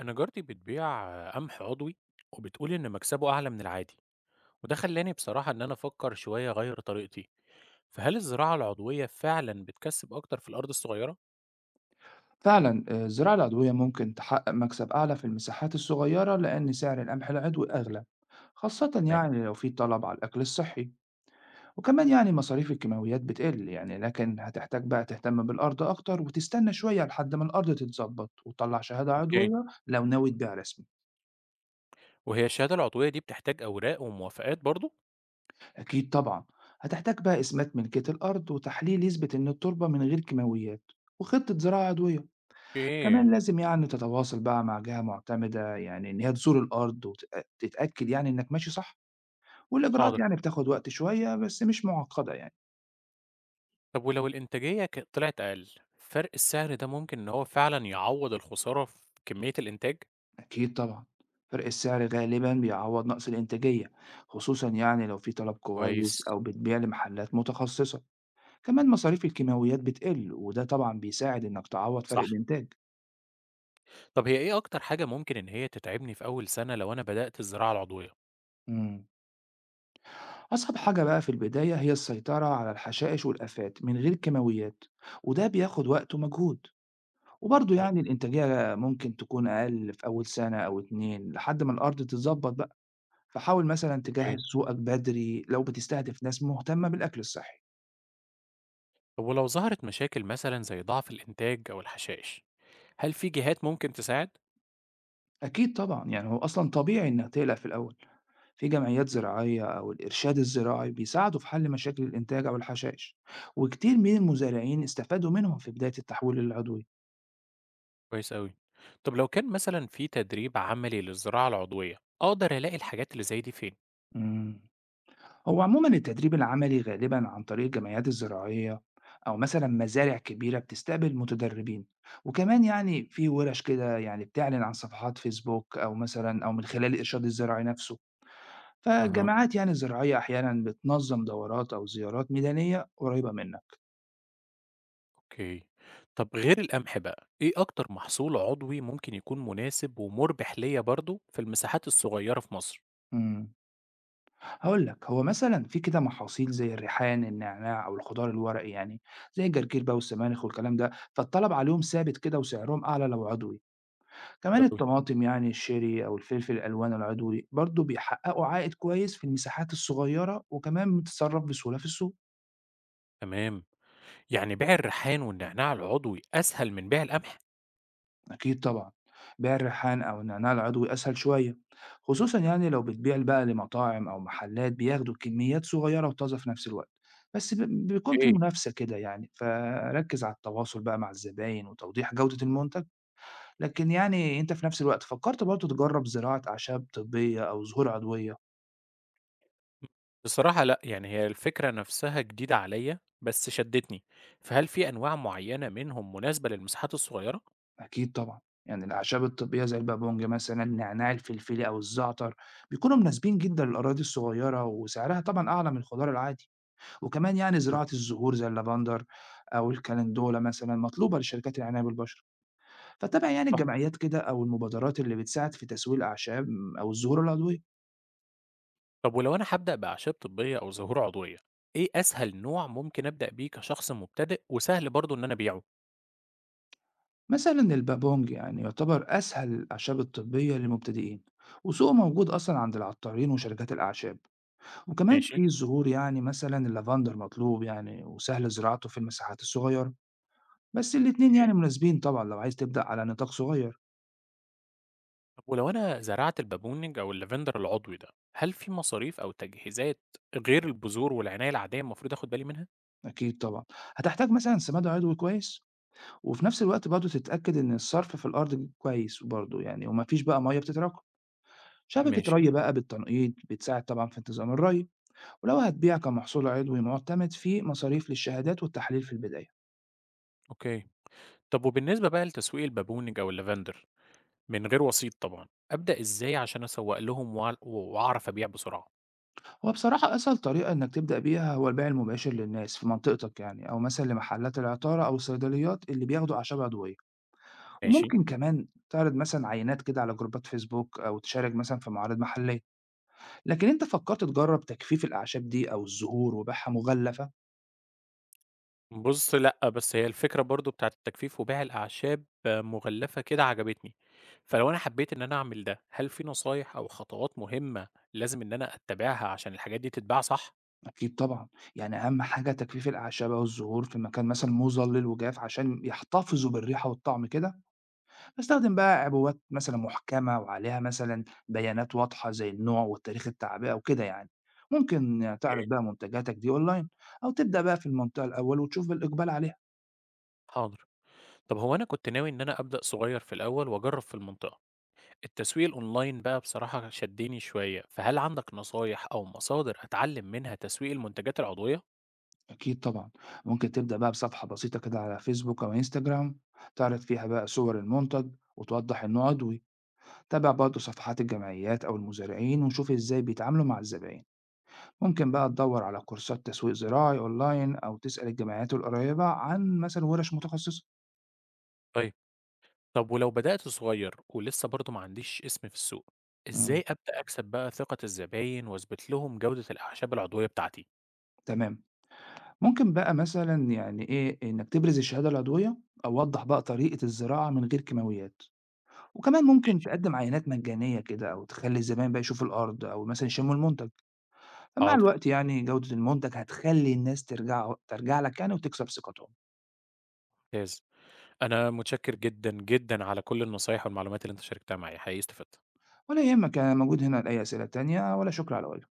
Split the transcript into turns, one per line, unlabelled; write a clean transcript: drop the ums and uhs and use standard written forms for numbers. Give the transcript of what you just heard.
أنا جارتي بتبيع قمح عضوي وبتقول إن مكسبه أعلى من العادي وده خلاني بصراحة إن أنا أفكر شوية أغير طريقتي، فهل الزراعة العضوية فعلا بتكسب أكتر في الأرض الصغيرة؟
فعلا آه، الزراعة العضوية ممكن تحقق مكسب أعلى في المساحات الصغيرة لأن سعر القمح العضوي أغلى، خاصة
تمام.
يعني لو في طلب على الأكل الصحي. وكمان يعني مصاريف الكيماويات بتقل، يعني لكن هتحتاج بقى تهتم بالأرض أكتر وتستنى شوية لحد ما الأرض تتظبط وتطلع شهادة
اوكي.
عضوية لو ناوي تبيع رسمي.
وهي الشهادة العضوية دي بتحتاج أوراق وموافقات برضو؟
أكيد طبعا، هتحتاج بقى إثبات ملكية الأرض وتحليل يثبت إن التربة من غير كيماويات وخطة زراعة عضوية. كمان
ايه.
لازم يعني تتواصل بقى مع جهة معتمدة، يعني إن هي تزور الأرض وتتأكد يعني إنك ماشي صح،
حاضر.
والإجراءات يعني بتاخد وقت شوية بس مش معقدة يعني.
طب ولو الإنتاجية طلعت أقل، فرق السعر ده ممكن إن هو فعلا يعوض الخسارة في كمية الإنتاج؟
أكيد طبعا، فرق السعر غالبا بيعوض نقص الإنتاجية، خصوصا يعني لو في طلب كويس
كويس.
أو بتبيع لمحلات متخصصة. كمان مصاريف الكيماويات بتقل، وده طبعا بيساعد إنك تعوض فرق
صح.
الإنتاج.
طب هي إيه أكتر حاجة ممكن إن هي تتعبني في أول سنة لو أنا بدأت الزراعة العضوية؟
مم. أصعب حاجة بقى في البداية هي السيطرة على الحشائش والآفات من غير كيماويات، وده بياخد وقت ومجهود. وبرضه
مهم.
يعني الإنتاجية ممكن تكون أقل في أول سنة أو 2 لحد ما الأرض تتضبط بقى، فحاول مثلًا تجهّز سوقك بدري لو بتستهدف ناس مهتمة بالأكل الصحي.
طب ولو ظهرت مشاكل مثلا زي ضعف الإنتاج أو الحشائش، هل في جهات ممكن تساعد؟
أكيد طبعًا، يعني هو أصلًا طبيعي إنك تقلق في الأول، في جمعيات زراعية أو الإرشاد الزراعي بيساعدوا في حل مشاكل الإنتاج أو الحشائش، وكتير من المزارعين استفادوا منهم في بداية التحويل العضوي.
كويس أوي. طب لو كان مثلا في تدريب عملي للزراعة العضوية أقدر ألاقي الحاجات اللي زي دي فين؟
إمم. هو عموما التدريب العملي غالبا عن طريق الجمعيات الزراعية، أو مثلا مزارع كبيرة بتستقبل متدربين. وكمان يعني في ورش كده يعني بتعلن عن صفحات فيسبوك، أو مثلا أو من خلال الإرشاد الزراعي نفسه.
أها.
فالجامعات يعني الزراعية أحيانا بتنظم دورات أو زيارات ميدانية قريبة منك.
أوكي. طب غير القمح بقى إيه أكتر محصول عضوي ممكن يكون مناسب ومربح ليا برضو في المساحات الصغيرة في مصر؟
امم هقول لك، هو مثلا في كده محاصيل زي الريحان، النعناع، أو الخضار الورقي يعني زي الجرجير بقى والسبانخ والكلام ده، فالطلب عليهم ثابت كده وسعرهم أعلى لو عضوي. كمان
حلو أوي.
الطماطم يعني الشيري أو الفلفل الألوان العضوي برضه بيحققوا عائد كويس في المساحات الصغيرة، وكمان بتتصرف بسهولة في السوق.
تمام. يعني بيع الريحان والنعناع العضوي أسهل من بيع القمح؟
أكيد طبعا، بيع الريحان أو النعناع العضوي أسهل شوية، خصوصا يعني لو بتبيع بقى لمطاعم أو محلات بياخدوا كميات صغيرة وطازة في نفس الوقت. بس بيكون في
إيه.
منافسة كده يعني، فركز على التواصل بقى مع الزباين وتوضيح جودة المنتج. لكن يعني أنت في نفس الوقت فكرت برضه تجرب زراعة أعشاب طبية أو زهور عضوية؟
بصراحة لأ، يعني هي الفكرة نفسها جديدة عليَّ، بس شدّتني، فهل في أنواع معيّنة منهم مناسبة للمساحات الصغيرة؟
أكيد طبعًا، يعني الأعشاب الطبية زي البابونج مثلًا، النعناع الفلفلي أو الزعتر، بيكونوا مناسبين جدًا للأراضي الصغيرة وسعرها طبعًا أعلى من الخضار العادي، وكمان يعني
حلو.
زراعة الزهور زي اللافندر أو الكالندولا مثلًا مطلوبة لشركات العناية بالبشرة، فتابع يعني
صح.
الجمعيات كده أو المبادرات اللي بتساعد في تسويق الأعشاب أو الزهور العضوية.
طب ولو أنا هابدأ بأعشاب طبية أو زهور عضوية، إيه أسهل نوع ممكن أبدأ بيه كشخص مبتدئ وسهل برضه إن أنا أبيعه؟
مثلًا البابونج يعني يعتبر أسهل الأعشاب الطبية للمبتدئين، وسوقه موجود أصلًا عند العطارين وشركات الأعشاب. وكمان
ماشي.
في ظهور يعني مثلا اللافندر مطلوب يعني وسهل زراعته في المساحات الصغيرة. بس الاتنين
أوكي.
يعني مناسبين طبعا لو عايز تبدأ على نطاق صغير.
طب ولو أنا زرعت البابونج أو اللافندر العضوي ده، هل في مصاريف أو تجهيزات غير البذور والعناية العادية المفروض آخد بالي منها؟
أكيد طبعا، هتحتاج مثلا سماد عضوي كويس، وفي نفس الوقت برضه تتأكد إن الصرف في الأرض كويس برضه يعني، ومفيش بقى مية بتتراكم. شبكة
ماشي.
ري بقى بالتنقيط بتساعد طبعا في انتظام الري. ولو هتبيع كمحصول عضوي معتمد، في مصاريف للشهادات والتحاليل في البداية.
أوكي. طب وبالنسبة بقى لتسويق البابونج أو اللافندر، من غير وسيط طبعًا، أبدأ إزاي عشان أسوّق لهم وأعرف أبيع بسرعة؟
هو بصراحة أسهل طريقة إنك تبدأ بيها هو البيع المباشر للناس في منطقتك يعني، أو مثلا لمحلات العطارة أو الصيدليات اللي بياخدوا أعشاب عضوية.
ماشي.
وممكن كمان تعرض مثلا عينات كده على جروبات فيسبوك، أو تشارك مثلا في معارض محلية. لكن أنت فكرت تجرب تجفيف الأعشاب دي أو الزهور وبيعها مغلفة؟
بُص لأ، بس هي الفكرة برضه بتاعة التجفيف وبيع الأعشاب مُغلفة كده عجبتني، فلو أنا حبيت إن أنا أعمل ده، هل في نصايح أو خطوات مهمة لازم إن أنا أتّبعها عشان الحاجات دي تتباع صح؟
أكيد طبعا، يعني أهم حاجة تجفيف الأعشاب أو الزهور في مكان مثلا مظلل وجاف عشان يحتفظوا بالريحة والطعم كده. باستخدم بقى عبوات مثلًا محكمة وعليها مثلًا بيانات واضحة زي النوع وتاريخ التعبئة وكده يعني، ممكن تعرض
أوكي.
بقى منتجاتك دي أونلاين، أو تبدأ بقى في المنطقة الأول وتشوف الإقبال عليها.
حاضر. طب هو أنا كنت ناوي إن أنا أبدأ صغير في الأول وأجرّب في المنطقة، التسويق الأونلاين بقى بصراحة شدّني شوية، فهل عندك نصايح أو مصادر أتعلّم منها تسويق المنتجات العضوية؟
أكيد طبعًا، ممكن تبدأ بقى بصفحة بسيطة كده على فيسبوك أو انستجرام، تعرض فيها بقى صور المنتج وتوضح إنه عضوي. تابع برضه صفحات الجمعيات أو المزارعين وشوف إزاي بيتعاملوا مع الزباين. ممكن بقى تدور على كورسات تسويق زراعي أونلاين أو تسأل الجمعيات القريبة عن مثلًا ورش متخصصة.
طيب. طب ولو بدأت صغير ولسه برضه ما عنديش اسم في السوق، إزاي
إمم.
أبدأ أكسب بقى ثقة الزباين وأثبت لهم جودة الأعشاب العضوية بتاعتي؟
تمام. ممكن بقى مثلًا يعني إيه، إنّك تبرز الشهادة العضوية أو وضّح بقى طريقة الزراعة من غير كيماويات، وكمان ممكن
ماشي.
تقدّم عينات مجانية كده أو تخلّي الزبائن بقى يشوفوا الأرض أو مثلًا يشمّوا المنتج. فمع
حاضر.
الوقت يعني جودة المنتج هتخلّي الناس ترجع لك يعني وتكسب ثقتهم.
ممتاز. أنا متشكر جدًا، جدًا على كل النصايح والمعلومات اللي أنت شاركتها معايا، حقيقي استفدت.
ولا يهمك، أنا موجود هنا لأي أسئلة تانية، ولا شكر على واجب.